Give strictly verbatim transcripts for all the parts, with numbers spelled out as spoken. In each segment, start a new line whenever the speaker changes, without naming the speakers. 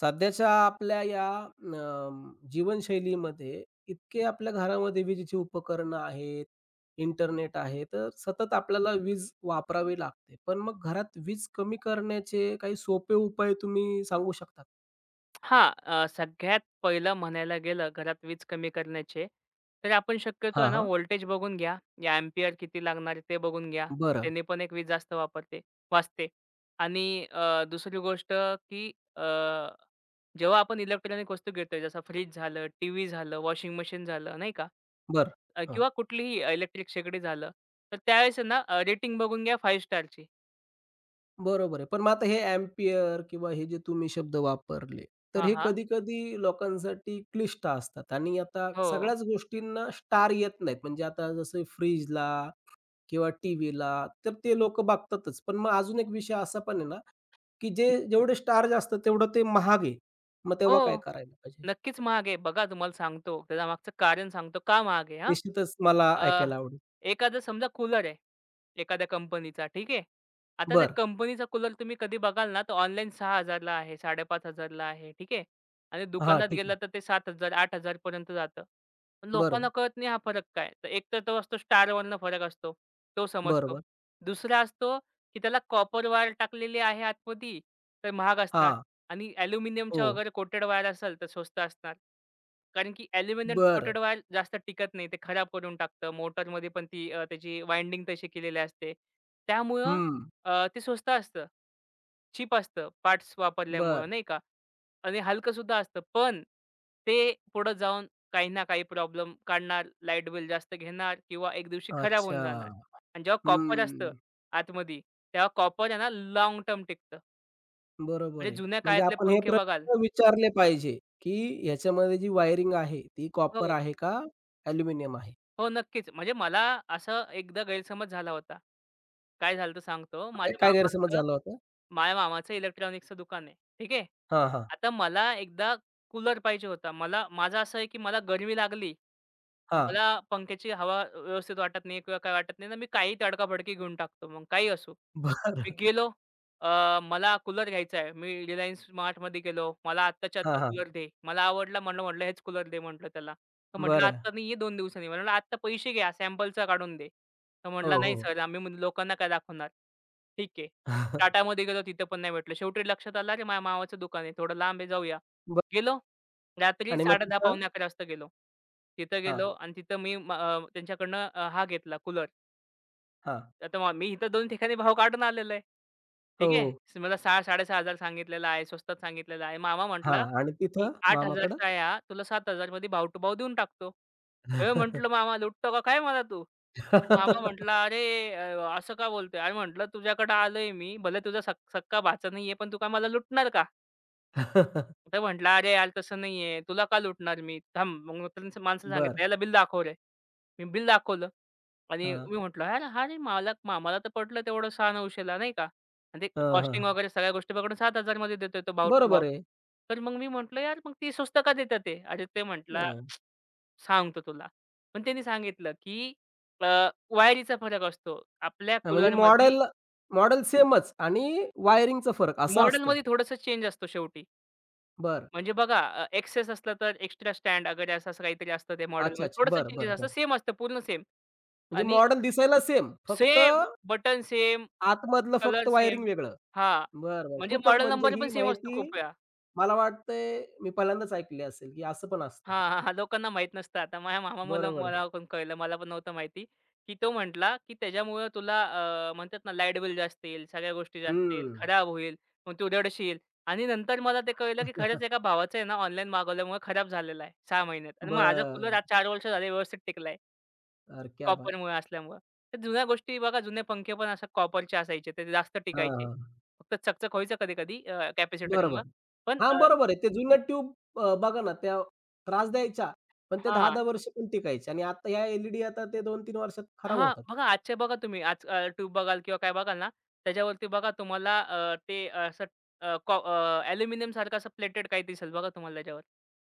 सध्याच्या आपल्या या अं, जीवनशैलीमध्ये इतके आपल्या घरामध्ये विजेची उपकरणं आहेत, इंटरनेट आहे, तर सतत आपल्याला वीज वापरावी लागते. पण मग घरात वीज कमी करण्याचे काही सोपे उपाय तुम्ही सांगू शकता?
हां. अ, सगळ्यात पहिलं म्हणायला गेलं घरात वीज कमी करण्याचे, तर आपण शक्यतो
हां,
आहे ना
हां.
व्होल्टेज बघून घ्या. या एम्पियर किती लागणार आहे ते बघून घ्या.
बरं,
त्याने पण एक वीज जास्त वापरते वाचते. आणि अ, दुसरी गोष्ट की अ, जेव्हा आपण इलेक्ट्रॉनिक वस्तू घेतोय जसं फ्रिज झालं, टीव्ही झालं, वॉशिंग मशीन झालं नाही का?
बरं.
अ,
हां,
किंवा कुठलीही इलेक्ट्रिक शेगडी झालं. तर त्यावेळेस आहे ना रेटिंग बघून घ्या पाच स्टारची.
बरोबर आहे. पण मग आता हे अँपिअर किंवा हे जे तुम्ही शब्द वापरले, तर
हां,
हे
हां.
कधी-कधी लोकांसाठी क्लिष्ट असतात आणि आता
हो.
सगळ्याच गोष्टींना स्टार येत नाहीत. म्हणजे आता जसं फ्रिजला किंवा टीव्हीला, तर ते लोकं बघतातच. पण मग अजून एक विषय असा पण आहे ना, की जे जेवढे स्टार जास्त तेवढं ते महाग आहे. मग तेव्हा काय
हो.
करायला पाहिजे?
नक्कीच महाग आहे. बघा तुम्हाला सांगतो, त्याच्या मागचं कारण सांगतो का महाग आहे हां.
निश्चितच मला
अ,
ऐकायला आवडेल.
एखादा समजा कूलर आहे, एखाद्या कंपनीचा ठीक आहे. आता त्या
बरं.
कंपनीचा कूलर तुम्ही कधी बघाल ना, तर ऑनलाईन सहा हजार ला आहे, पाच हजार पाचशे ला आहे, ठीक आहे. आणि
हां,
दुकानात
ठीक
गेला
आहे.
तर ते सात हजार आठ हजार पर्यंत जातं. पण लोकांना
बरोबर,
कळत नाही हा फरक काय तर एक तर तो असतो स्टारवरनं फरक असतो, तो समजतो.
बरोबर.
दुसरा असतो, की त्याला कॉपर वायर टाकलेली आहे आतमध्ये, तर महाग असणार.
हां,
आणि ॲल्युमिनियमच्या
हो.
वगैरे कोटेड वायर असेल तर स्वस्त असणार. कारण की ॲल्युमिनियम
बरं.
कोटेड वायर जास्त टिकत नाही. ते खराब करून टाकतं. मोटरमध्ये पण ती अ, त्याची वाइंडिंग तशी केलेली असते. त्यामुळं
हं.
अ, ते स्वस्त असतं. चीप असतं पार्ट्स वापरल्यामुळं
बरं.
नाही का? आणि हलकंसुद्धा असतं. पण ते पुढं जाऊन काही ना काही प्रॉब्लेम काढणार. लाईट बिल जास्त घेणार किंवा एक दिवशी खराब होऊन
अच्छा.
जाणार. आणि जेव्हा कॉपर
हं.
असतं आतमध्ये, तेव्हा कॉपर आहे ना लाँग टर्म टिकतं.
बरोबर
म्हणजे
आहे.
जुन्या
म्हणजे
काळातले
आपण हे
पंखे बघाल
प्रश्न विचारले पाहिजे, की ह्याच्यामध्ये जी वायरिंग आहे, ती कॉपर
हो,
आहे का, अॅल्युमिनियम आहे?
हो, नक्कीच. म्हणजे मला असं एकदा गैरसमज झाला होता. काय झालं होतं सांगतो.
काय
माझ्या
काय गैरसमज
मामाचं
झाला होता?
माझ्या मामाचं इलेक्ट्रॉनिक्सचं दुकान आहे. ठीक आहे.
हां, हां.
आता मला एकदा कूलर पाहिजे होता. मला माझं असं आहे, की मला गरमी लागली.
हां.
मला पंख्याची हवा व्यवस्थित वाटत नाही किंवा काय वाटत नाही ना, मी काही तडकाफडकी घेऊन टाकतो. मग काही असो.
बरं.
मी गेलो अ, मला कूलर घ्यायचा आहे. मी रिलायन्स स्मार्टमध्ये गेलो. मला आत्ताच्या
हां,
आत्ता
हां.
कूलर दे. मला आवडला म्हणलं, म्हटलं हेच कूलर दे म्हटलं त्याला. तर म्हटलं
बरं.
आत्ता नाहीये दोन दिवसांनी. म्हटलं आत्ता पैसे घ्या सॅम्पलचा काढून दे. तर
हो,
म्हटला,
हो,
"नाही
हो.
सर आम्ही म्हणजे लोकांना काय दाखवणार." ठीक आहे. टाटामध्ये गेलो तिथं पण नाही भेटलं. शेवटी लक्षात आलं, "अरे माझ्या मामाचं दुकान आहे, थोडं लांब आहे जाऊया."
बरं.
गेलो. रात्री
आणि मग
साडे दहा
तिथं
पावणे अकरा वाजता गेलो. तिथं
हां,
गेलो आणि तिथं मी म अ, त्यांच्याकडनं अ, हा घेतला कूलर.
हां.
आता मग मी इथं दोन ठिकाणी भाव काढून आलेलो आहे.
हो.
ठीक आहे.
हो.
स- मला सहा हजार-साडे सहा हजार सांगितलेला आहे. स्वस्तात सांगितलेला आहे. मामा
हां
म्हटला,
आणि
की
तिथं
"आठ हजार
मामाकडं?
चा आहे हा. तुला सात हजार मध्ये भाव टू भाव देऊन टाकतो." "ए," म्हटलं, "मामा लुटतो का काय मला तू?" तर मामा म्हटला, "अरे अ, असं का बोलतोय?" अरे म्हटलं, "तुझ्याकडे आलोय मी. भले तुझा सक सक्का भाचा नाहीये, पण तू काय मला लुटणार का?" तर म्हटला, "अरे यार तसं नाहीये. तुला का लुटणार मी? थांब." मग माणसाने
बरं.
सांगितलं, "याला बिल दाखव रे." मी बिल दाखवलं. आणि
हां.
मी म्हटलं, "यार, हा रे मला मला तर पडलं तेवढं 6,900ला नाही का? आणि ते
हां, हां.
कॉस्टिंग वगैरे सगळ्या गोष्टी पकडून सात हजार मध्ये देतोय तो भाव टू भाव."
बरोबर आहे.
तर मग मी म्हटलं, "यार, मग ती स्वस्त का देतात ते?" अरे, ते म्हटला,
हं.
"सांगतो तुला." पण त्यांनी सांगितलं, की अ, वायरीचा फरक असतो. आपल्या
हां, म्हणजे
कूलरमध्ये
मॉडेल मॉडेल सेमच आणि वायरिंगचा फरक असं असतं.
मॉडेलमध्ये थोडंसं चेंज असतो शेवटी.
बरं.
म्हणजे बघा एक्सेस असलं तर एक्स्ट्रा स्टँड वगैरे असं असं काहीतरी असतं त्या
अच्छा,
मॉडेलमध्ये.
अच्छा.
थोडंसं
बरं,
चेंजेस
बरं,
असतं.
बरं.
सेम असतं, पूर्ण सेम
म्हणजे
आणि
मॉडेल दिसायला सेम फक्त
सेम बटन सेम
आतमधलं
कलर
फक्त
सेम.
वायरिंग वेगळं.
हां.
बरं, बरं.
म्हणजे
खूपच
मॉडेल
म्हणजे
नंबर पण
ही
सेम असतो
माहिती
खूप वेळा.
मला वाटतंय मी पहिल्यांदाच ऐकली असेल, की असं पण असतं.
हां, हां, हां. लोकांना माहीत नसतं. आता माझ्या मामामुळं मला
बरोबर आहे.
मला पण कळलं. मला पण नव्हतं माहिती, की तो म्हटला, की त्याच्यामुळं तुला अ, म्हणतात ना लाईट बिल जास्त येईल, सगळ्या गोष्टी जास्त येईल,
हं. बरं.
खराब होईल, मग तू रडशील आणि नंतर मला ते कळलं, की खरंच एका भावाचं आहे ना ऑनलाईन मागवल्यामुळे खराब झालेला आहे सहा महिन्यात आणि माझा कूलर आज चार वर्ष झाले व्यवस्थित टिकला
अरे क्या बात!
कॉपरमुळे असल्यामुळं. तर जुन्या गोष्टी बघा जुने पंखे पण अशा कॉपरचे असायचे. ते जास्त टिकायचे.
हां.
फक्त चकचक व्हायचं कधी-कधी अ,
बरोबर.
कॅपॅसिटरमुळं. पण
हां,
अ,
बरोबर आहे. ते जुन्या ट्यूब अ, बघा ना त्या त्रास द्यायच्या, पण त्या
हां,
दहा दहा वर्ष पण टिकायच्या आणि आता ह्या एल आता ते दोन तीन वर्षात खराब
हां.
होतात.
बघा आजचे बघा तुम्ही आज ट्यूब बघाल किंवा काय बघाल ना, त्याच्यावरती बघा तुम्हाला अ, ते असं अॅल्युमिनियम सारखं असं प्लेटेड काही दिसेल बघा तुम्हाला त्याच्यावर.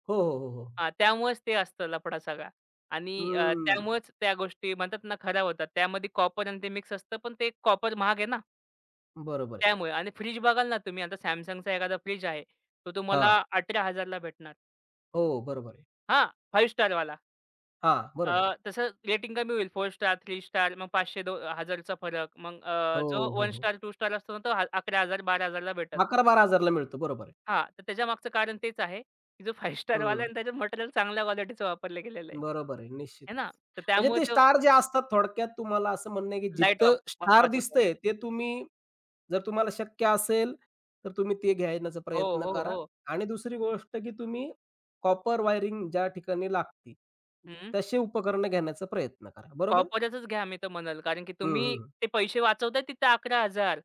हो, हो, हो, हो.
हां, त्यामुळेच ते असतं लफडा सगळा आणि अ,
हं.
त्यामुळेच त्या गोष्टी म्हणतात ना खराब होतात. त्यामध्ये कॉपर आणि ते मिक्स असतं. पण ते कॉपर महाग आहे ना.
बरोबर आहे.
त्यामुळे आणि फ्रिज बघाल ना तुम्ही आता Samsungचा एखादा फ्रिज आहे. तो
हां.
तुम्हाला अठरा हजार ला भेटणार.
हो, बरोबर आहे.
हां, पाच स्टारवाला.
हां,
अ,
बरोबर.
तसं रेटिंग कमी होईल चार स्टार, तीन स्टार मग पाचशे दो हजार चा फरक. मग
हो,
अ, जो
हो,
एक
हो.
स्टार, दोन स्टार असतो ना तो अकरा हजार बारा हजार ला भेटेल.
अकरा बारा हजारला मिळतो. बरोबर आहे.
हां, तर त्याच्यामागचं कारण तेच आहे, की जो पाच स्टारवाला आहे
हं.
आणि त्याचं मटेरियल चांगल्या क्वालिटीचं वापरलं गेलेलं आहे.
बरोबर आहे,
आहे
निश्चितच.
ना? तर
म्हणजे
त्यामुळे
ते
तो
स्टार जे असतात थोडक्यात तुम्हाला असं म्हणणं आहे, की
लाईट
जिथं स्टार
वाचवतो.
दिसतंय ते तुम्ही जर तुम्हाला शक्य असेल, तर तुम्ही ते घेण्याचा
हो,
प्रयत्न
हो,
करा
हो.
आणि दुसरी गोष्ट, की तुम्ही कॉपर वायरिंग ज्या ठिकाणी लागते,
हं.
तसे उपकरणं घेण्याचा प्रयत्न करा. बरोबर?
कॉपरचच घ्या मी तर म्हणाल. कारण की
हं,
तुम्ही
हं.
ते पैसे वाचवताय तिथं अकरा हजार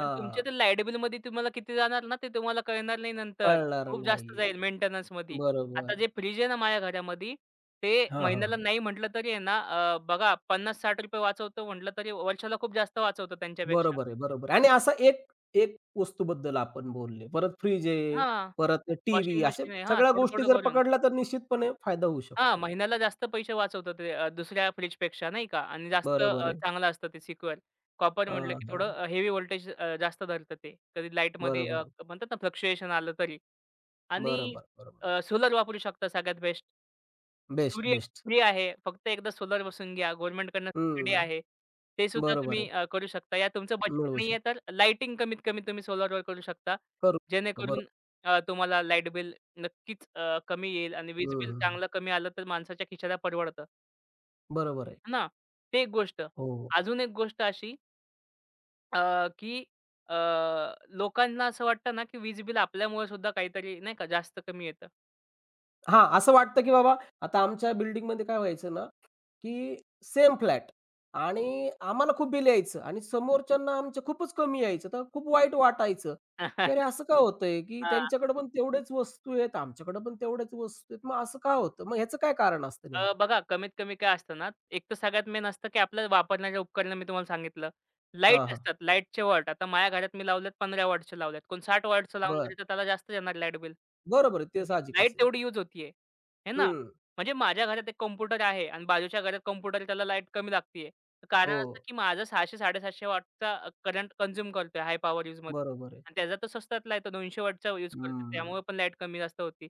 पण तुमच्या ते लाईट बिलमध्ये तुम्हाला किती जाणार ना, ते तुम्हाला कळणार नाही नंतर.
कळणार
खूप जास्त
नाहीये.
जाईल मेंटेनन्समध्ये.
बरोबर
आता
आहे.
जे फ्रिज आहे ना माझ्या घरामध्ये, ते
हां,
महिन्याला नाही म्हटलं तरी आहे ना अ, बघा ₹पन्नास ते साठ वाचवतो म्हटलं तरी वर्षाला खूप जास्त वाचवतो त्यांच्यापेक्षा.
बरोबर आहे, बरोबर आहे. आणि असा एक एक वस्तूबद्दल आपण बोलले. परत फ्रिज आहे,
हां,
परत टीव्ही
वॉशिंग
अशा
मशीन आहे हां,
सगळ्या गोष्टी
थोडं-थोडं
जर
करून.
पकडल्या तर निश्चितपणे फायदा होऊ
हां,
शकतो.
महिन्याला जास्त पैसे वाचवतं ते अ, दुसऱ्या फ्रिजपेक्षा नाही का आणि जास्त
बरोबर
अ,
आहे.
चांगलं असतं ते सिक्युअर. कॉपर म्हटलं
हां,
की
हां.
थोडं हेवी व्होल्टेज अ, जास्त धरतं ते. कधी लाईटमध्ये अ,
बरोबर,
म्हणतात ना फ्लक्च्युएशन आलं तरी आणि
बरोबर, बरोबर.
सोलर वापरू शकता सगळ्यात बेस्ट.
बेस्ट,
सूर्य
बेस्ट.
फ्री आहे. फक्त एकदा सोलर बसवून घ्या. गव्हर्नमेंटकडनं सबसिडी
हं.
आहे. ते सुद्धा
बरोबर
तुम्ही
आहे.
अ, करू शकता. या तुमचं बजेट
मिळवू
नाहीये
शकतो.
तर लाइटिंग कमीत कमी तुम्ही सोलरवर करू शकता.
करू शकतो. बरोबर.
जेणेकरून अ, तुम्हाला लाईट बिल नक्कीच अ, कमी येईल आणि वीज
हं,
बिल
हं.
चांगलं कमी आलं तर माणसाच्या खिशाला परवडतं,
बरोबर आहे.
है ना? ते एक गोष्ट.
हो.
अजून एक गोष्ट अशी अ, की अ, लोकांना असं वाटतं ना, की वीज बिल आपल्यामुळे सुद्धा काहीतरी नाही का जास्त कमी येतं.
हां, असं वाटतं, की बाबा आता आमच्या बिल्डिंगमध्ये काय व्हायचं ना, की सेम फ्लॅट आणि आम्हाला खूप बिल यायचं आणि समोरच्यांना आमचे खूपच कमी यायचं. तर खूप वाईट वाटायचं, की अरे असं का होतंय, की त्यांच्याकडे पण तेवढेच वस्तू आहेत, आमच्याकडे पण तेवढ्याच वस्तू आहेत. मग असं का होतं? मग ह्याचं काय कारण असतं
अ,
नेमकं?
बघा कमीत कमी काय असतं ना, एक तर सगळ्यात मेन असतं, की आपल्याला वापरण्याचे उपकरणं मी तुम्हाला सांगितलं.
हां,
लाईट
हां.
असतात, लाईटचे वॉट. आता माझ्या घरात मी लावलेत पंधरा वॉटचे लावलेत. कोण साठ वॉटचं लावणार
बरं.
आहे, तर त्याला जास्त येणार लाईट बिल.
बरोबर आहे. ते
लाईट
साहजिकच आहे.
तेवढी यूज होतीये, हे ना.
हं.
म्हणजे माझ्या घरात एक कॉम्प्युटर आहे आणि बाजूच्या घरात कॉम्प्युटर त्याला लाईट कमी लागतीये. तर कारण
हो.
असं, की माझं सहाशे ते साडेसातशे वॉटचा करंट कंझ्युम करतोय हाय पॉवर यूजमध्ये
बरोबर आहे.
आणि त्याचा तो स्वस्तातला आहे. तो दोनशे वॉटचा यूज करतोय.
हं.
त्यामुळे पण लाईट कमी जास्त होती.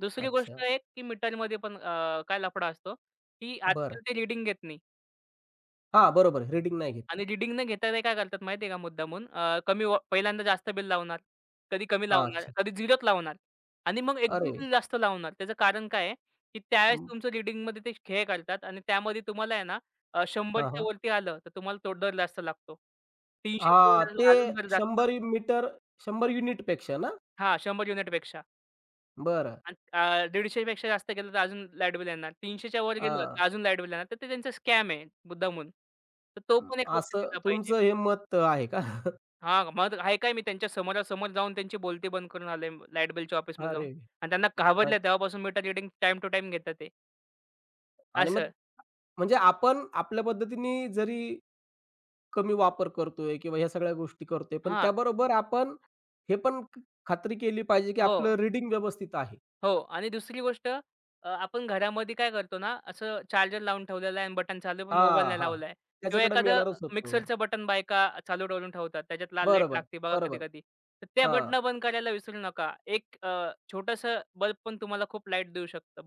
दुसरी गोष्ट
अच्छा.
एक की मीटरमध्ये पण अ, काय लफडा असतो, की
बरं.
आजकाल ते रीडिंग घेत नाही
हां, बरोबर आहे. रीडिंग नाही घेत ते.
आणि रीडिंग न घेता ते काय करतात माहिती आहे का मुद्दामून अ, कमी व पहिल्यांदा जास्त बिल लावणार, कधी कमी
हां,
लावणार,
अच्छा.
कधी झिरोच लावणार आणि मग एकदम
अरे!
बिल जास्त लावणार. त्याचं कारण काय आहे, की त्यावेळेस
हं.
तुमचं रीडिंगमध्ये ते खेळ करतात आणि त्यामध्ये तुम्हाला आहे ना अ,
हां,
100च्या
हां.
वरती आलं, तर तुम्हाला तो दर जास्त लागतो. तीनशे
हां, ते
अजून दर जास्त
शंभर
लागतो.
मीटर शंभर युनिट पेक्षा ना?
हां, शंभर युनिटपेक्षा.
बरं.
आणि अ, दीडशे पेक्षा जास्त गेलं तर अजून लाईट बिल येणार. 300च्या वर गेलं तर
हां,
अजून लाईट बिल येणार. तर ते त्यांचा स्कॅम आहे मुद्दामून. तर तो
हं.
पण एक लक्ष
असं
दिला पाहिजे.
तुमचं हे मत आहे का?
हां, मग आहे काय मी त्यांच्या समोरासमोर जाऊन त्यांची बोलती बंद करून आलोय लाईट बिलच्या ऑफिसमध्ये जाऊन.
अरे!
आणि त्यांना
अच्छा.
घाबरले तेव्हापासून meter reading time to time घेतात ते
आणि मग
असं.
म्हणजे आपण आपल्या पद्धतीने जरी कमी वापर करतोय किंवा ह्या सगळ्या गोष्टी करतोय, पण
हां.
त्याबरोबर आपण हे पण ख खात्री केली पाहिजे, की
हो.
आपलं रिडिंग व्यवस्थित आहे.
हो आणि दुसरी गोष्ट अ, आपण घरामध्ये काय करतो ना, असं चार्जर लावून ठेवलेलं आहे आणि बटन चालू आहे, पण मोबाईल
हां,
नाही
हां.
लावलाय किंवा
त्याच्याकडे मी
एखादं अ,
येणारच होतो.
मिक्सरचं बटन बायका चालू ठेवून ठेवतात. त्याच्यात लाल लाईट
बरोबर,
लागते बघा
बरोबर.
कधी-कधी. तर ते
हां.
बटणं बंद करायला विसरू नका. एक अ, छोटंसं बल्ब पण तुम्हाला खूप लाईट देऊ शकतं.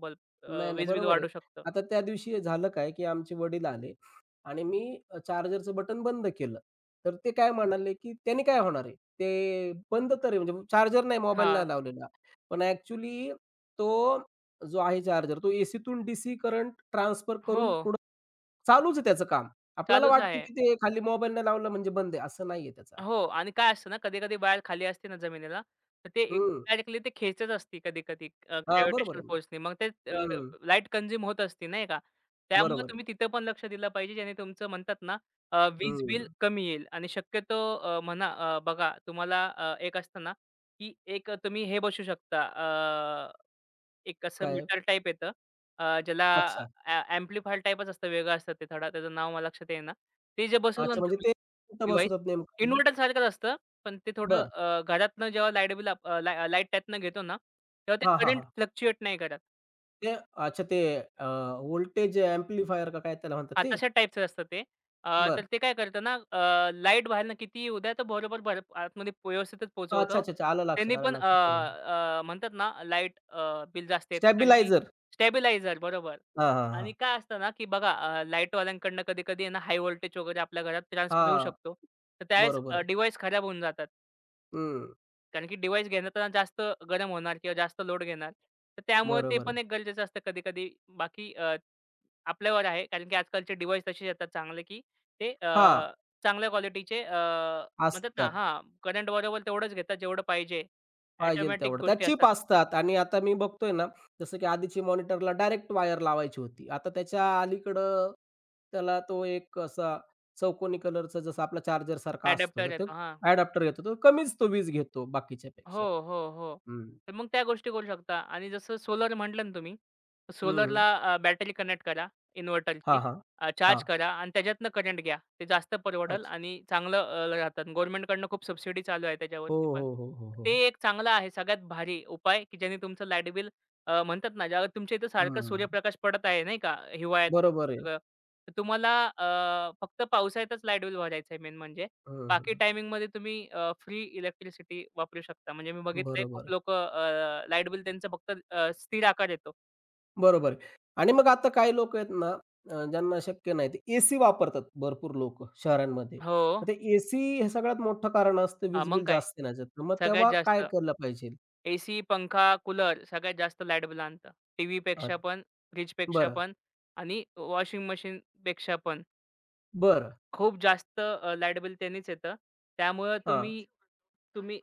नाही,
बल्ब
नाही.
वीज बिल
बरोबर आहे.
वाढू शकतं.
आता त्या दिवशी झालं काय, की आमचे वडील आले आणि मी अ, चार्जरचं बटन बंद केलं. तर ते काय म्हणाले, की "त्याने काय होणार आहे? ते बंद तर आहे." म्हणजे चार्जर नाही मोबाईल नाही
हां.
लावलेला. पण ॲक्चुअली तो जो आहे चार्जर, तो एसीतून डीसी करंट ट्रान्सफर
हो.
करून पुढं चालूच आहे त्याचं काम. आपल्याला
चालूच
वाटतं,
आहे.
की ते खाली मोबाईल नाही लावला म्हणजे बंद आहे. असं नाहीये त्याचा अर्थ.
हो आणि काय असतं ना, कधी-कधी बाहेर खाली असते ना जमिनीला, तर ते
हं.
इनडायरेक्टली ते खेचत असते कधी-कधी अ,
हां, बरोबर
ग्रॅव्हिटेशनल
आहे.
फोर्सनी. मग ते अ,
हं.
लाईट कंझ्युम होत असते नाही का? त्यामुळे
बरोबर आहे.
तुम्ही तिथं पण लक्ष दिलं पाहिजे, ज्याने तुमचं म्हणतात ना, अ, वीज बिल
हं.
कमी येईल आणि शक्यतो अ, म्हणा अ, बघा तुम्हाला अ, एक असतं ना, की एक तुम्ही हे बसू शकता. एक असं
काय?
मीटर टाइप येतं. अ, ज्याला
अच्छा.
अ, एम्प्लिफायर टाइपच असतं, वेगळं असतं ते थोडा त्याचं नाव मला लक्षात येईना. ते जे बसवलं
अच्छा
ना
म्हणजे
मी
ते कुठं
डिव्हाइस,
बसवतात नेमकं?
इन्व्हर्टरसारखंच असतं, पण ते थोडं
बरं.
अ, घरातनं जेव्हा लाईट बिल लाईट त्यातनं घेतो ना, तेव्हा ते
हां, हां,
करंट
हां.
फ्लक्च्युएट नाही करत.
ते अच्छा ते व्होल्टेज एम्प्लिफायर का काय त्याला म्हणतात
हां,
ते?
तशा टाईपचं असतं ते. अ, तर
बरं.
ते काय करतं ना, अ, लाईट बाहेरनं कितीही येऊ द्या, तर बरोबर भर आतमध्ये पो- व्यवस्थितच
अच्छा,
पोहोचवतं.
अच्छा, अच्छा. आलं लक्षात,
त्यांनी पण
आलं
अ,
लक्षात. हो.
अ, म्हणतात ना, लाईट बिल जास्त येत नाही. कारण की
स्टॅबिलायझर.
स्टॅबिलायझर बरोबर.
हां, हां,
आणि
हां.
काय असतं ना, की बघा अ, लाईटवाल्यांकडनं कधी-कधी आहे ना, हाय व्होल्टेज वगैरे आपल्या घरात ट्रान्सफर होऊ
हां,
शकतो. तर त्यावेळेस
बरोबर आहे.
डिव्हाइस खराब होऊन जातात.
हं,
कारण की डिव्हाइस घेताना जास्त गरम होणार किंवा जास्त लोड घेणार. तर त्यामुळे ते
बरोबर
पण
आहे.
एक गरजेचं असतं कधी-कधी. बाकी अ, आपल्यावर आहे कारण की आजकालचे डिव्हाइस तसे येतात चांगले, की ते अ,
हां,
चांगल्या क्वालिटीचे अ, म्हणतात ना
असतात.
हां, करंट बरोबर तेवढंच घेतात जेवढं पाहिजे.
पाहिजेल
ऑटोमॅटिक
तेवढं. त्या
गोष्टी
चिप
असतात.
असतात आणि आता मी बघतोय ना, जसं की आधीची मॉनिटरला डायरेक्ट वायर लावायची होती. आता त्याच्या अलीकडं त्याला तो एक असा चौकोनी कलरचा जसा आपला चार्जरसारखा असतो,
अडॅप्टर
तर तो
येतो हां.
अडॅप्टर येतो. तो कमीच तो वीज घेतो
हो,
बाकीच्यापेक्षा.
हो, हो.
हं,
तर मग त्या गोष्टी करू शकता आणि जसं सोलर म्हटलं ना तुम्ही
हं,
सोलरला
हं.
अ, बॅटरी कनेक्ट करा
हां,
इन्व्हर्टरची.
हां.
चार्ज
हां.
करा आणि त्याच्यातनं करंट घ्या. ते जास्त परवडेल
अच्छा.
आणि चांगलं अ, राहतात. गव्हर्नमेंटकडनं खूप सबसिडी चालू आहे
हो,
त्याच्यावरती पण.
हो, हो, हो, हो.
ते
हो.
एक चांगलं आहे सगळ्यात भारी उपाय, की ज्याने तुमचं लाईट बिल अ, म्हणतात ना, ज्यावर तुमच्या इथं सारखं
हं.
सूर्यप्रकाश पडत आहे नाही का हिवाळ्यात
बरोबर आहे.
सगळं. तर तुम्हाला अ, फक्त पावसाळ्यातच लाईट बिल भरायचं आहे मेन म्हणजे.
हं,
बाकी
हं.
टायमिंगमध्ये तुम्ही फ्री इलेक्ट्रिसिटी वापरू शकता. म्हणजे मी बघितलंय
बरोबर
खूप
आहे.
लोकं लाईट बिल त्यांचं फक्त अ, स्थिर आकार येतो.
बरोबर आहे. आणि मग आता काही लोकं आहेत ना, अ, ज्यांना शक्य नाही, ते एसी वापरतात भरपूर लोकं शहरांमध्ये.
हो.
तर ते एसी हे सगळ्यात मोठं कारण असतं
हां,
वीज
मग
बिल
काय?
जास्त येण्याचं. तर मग
सगळ्यात
तेव्हा काय
जास्त
केलं पाहिजे?
एसी, पंखा, कूलर सगळ्यात जास्त लाईट बिल आणतं.
अ,
टीव्हीपेक्षा पण, फ्रिजपेक्षा
बरं,
पण आणि वॉशिंग मशीनपेक्षा पण.
बरं.
खूप जास्त अ, लाईट बिल त्यांनीच येतं. त्यामुळं
हां.
तुम्ही तुम्ही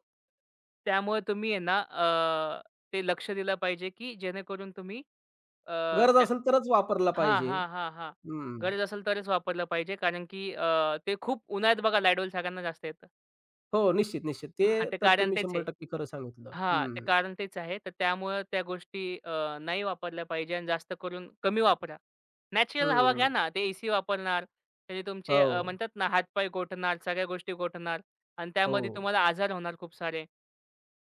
त्यामुळे तुम्ही आहे ना अ, ते लक्ष दिलं पाहिजे, की जेणेकरून तुम्ही अ,
गरज
त्या
असेल तरच वापरला
हां,
पाहिजे.
हां, हां, हां.
हं.
गरज असेल तरच वापरलं पाहिजे कारण की अ, ते खूप उन्हाळ्यात बघा लाईट बिल सगळ्यांना जास्त येतं.
हो, निश्चित, निश्चित. ते
हां, ते
तर
कारण
तुम्ही
तेच आहे.
शंभर टक्के खरं सांगितलं.
हां, ते
हं,
कारण तेच आहे. तर त्यामुळं त्या गोष्टी अ, नाही वापरल्या पाहिजे आणि जास्त करून कमी वापरा. नॅचरल हवा घ्या
हं.
ना. ते एसी वापरणार, त्याने तुमचे अ,
हो,
म्हणतात ना हात गोठणार, सगळ्या गोष्टी गोठणार आणि
हो.
त्यामध्ये तुम्हाला आजार होणार खूप सारे.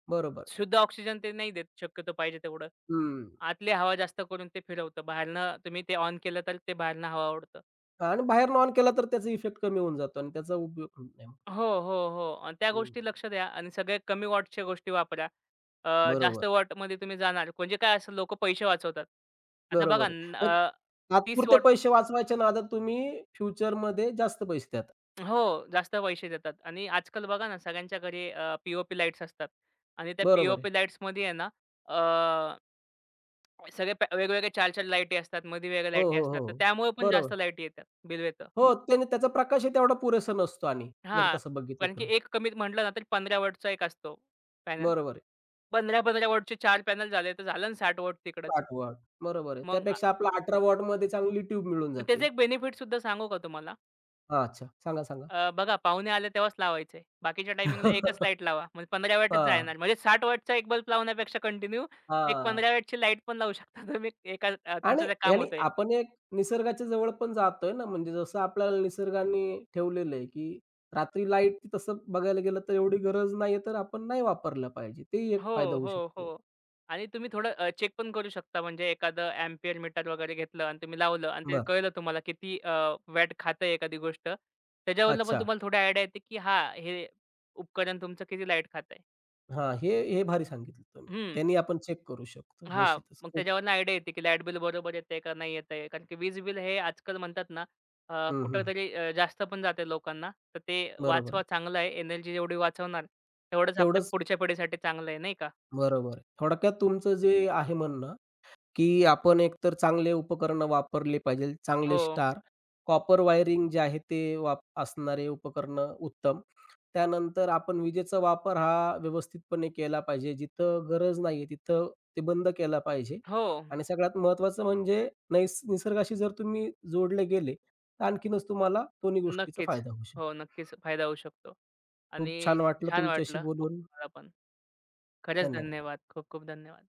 बरोबर आहे.
शुद्ध ऑक्सिजन ते नाही देत शक्यतो पाहिजे तेवढं.
हं.
आतली हवा जास्त करून ते फिरवतं. बाहेरनं तुम्ही ते ऑन केलं तर ते बाहेरनं हवा ओढतं.
आणि बाहेरनं ऑन केला तर त्याचा इफेक्ट कमी होऊन जातो आणि त्याचा उपयोग होत नाही.
हो, हो, हो. आणि त्या
हं.
गोष्टी लक्ष द्या आणि सगळ्या कमी वॉटच्या गोष्टी वापरा. अ, जास्त
बरोबर,
वॉटमध्ये तुम्ही जाणार म्हणजे काय असं लोकं पैसे वाचवतात. आता बघा
बरोबर आहे.
न
मग
अ, तीस
तात्पुरते
वॉट
पैसे वाचवायच्या नादात तुम्ही फ्युचरमध्ये जास्त पैसे देता.
हो, जास्त पैसे देतात आणि आजकाल बघा ना सगळ्यांच्या घरी अ, लाईट्स असतात आणि त्या
बरोबर आहे.
पी-ओ-पी लाईट्स मध्ये आहे ना अ, सगळे पॅ वेगवेगळे चार चार लाईटी असतात, मध्ये वेगळ्या
हो,
लाईटी
हो,
असतात.
हो.
तर
हो.
त्यामुळे पण जास्त
बरोबर.
लाईटी येतात बिल येतं.
हो, त्याने त्याचा प्रकाशही तेवढा पुरेसा नसतो आणि जर
हां,
तसं बघितलं
कारण की
तर.
एक कमीत म्हटलं ना तरी पंधरा वॉटचा एक असतो
बरोबर आहे.
पंधरा पंधरा वॉटचे चार पॅनल झाले, तर झालं ना साठ वॉट तिकडंच.
साठ वॉट. बरोबर आहे.
मग आ
त्यापेक्षा आपला अठरा वॉटमध्ये चांगली ट्यूब मिळून
त्याचा
जाते.
एक बेनिफिट सुद्धा सांगू का तुम्हाला?
हां, अच्छा. सांगा, सांगा.
अ, बघा पाहुणे आले तेव्हाच लावायचे. बाकीच्या टायमिंगला एकच लाईट लावा. म्हणजे पंधरा वॅटच
हां,
जाणार. म्हणजे साठ वॉटचा एक बल्ब लावण्यापेक्षा कंटिन्यू एक
हां.
पंधरा वॅटची लाईट पण लावू शकता तुम्ही एका अ,
आणि
तुमचं ते काम
याने
होतंय.
आपण एक निसर्गाच्या जवळ पण जातोय ना, म्हणजे जसं आपल्याला निसर्गाने ठेवलेलं आहे, की रात्री लाईट तसं बघायला गेलं तर एवढी गरज नाहीये, तर आपण नाही वापरलं पाहिजे. ते एक
हो,
फायदा होऊ
हो,
शकतो.
हो. आणि तुम्ही थोडं चेक पण करू शकता. म्हणजे एखादं अँपियर मीटर वगैरे घेतलं आणि तुम्ही लावलं आणि ते
बरं.
कळलं तुम्हाला किती अ, वॅट खातंय एखादी गोष्ट. त्याच्यावरनं पण
अच्छा.
तुम्हाला थोडी आयडिया येते, की हां, हे उपकरण तुमचं किती लाईट खातंय.
हां, हे हे भारी सांगितलं तुम्ही.
हं,
त्यांनी आपण चेक करू शकतो.
हां.
निश्चितच
मग
खूप
त्याच्यावरनं आयडिया येते, की लाईट बिल बरोबर येतंय का नाही येतंय. कारण की वीज बिल हे आजकाल म्हणतात ना, अ,
हं, हं.
कुठेतरी अ, जास्त पण जाते लोकांना. तर ते
बरोबर
वाचवा
आहे.
चांगलं आहे. एनर्जी जेवढी वाचवणार, तेवढंच आपल्या
तेवढंच
पुढच्या पिढीसाठी चांगलं आहे, नाही का?
बरोबर आहे. थोडक्यात तुमचं जे आहे म्हणणं की आपण एकतर चांगले उपकरणं वापरले पाहिजे, चांगले
हो,
स्टार. कॉपर वायरिंग जे आहे ते वाप असणारे उपकरणं उत्तम. त्यानंतर आपण विजेचा वापर हा व्यवस्थितपणे केला पाहिजे. जिथं गरज नाहीये तिथं ते बंद केला पाहिजे.
हो.
आणि सगळ्यात महत्त्वाचं म्हणजे नैस निसर्गाशी जर तुम्ही जोडले गेले, तर आणखीनच तुम्हाला दोन्ही गोष्टीचा
नक्कीच.
फायदा होऊ
हो,
शकतो.
नक्कीच फायदा होऊ शकतो आणि
खूप छान वाटलं
छान
तुमच्याशी
वाटलं बोलून
बोलून.
मला पण. खरंच
धन्यवाद.
धन्यवाद. खूप खूप धन्यवाद.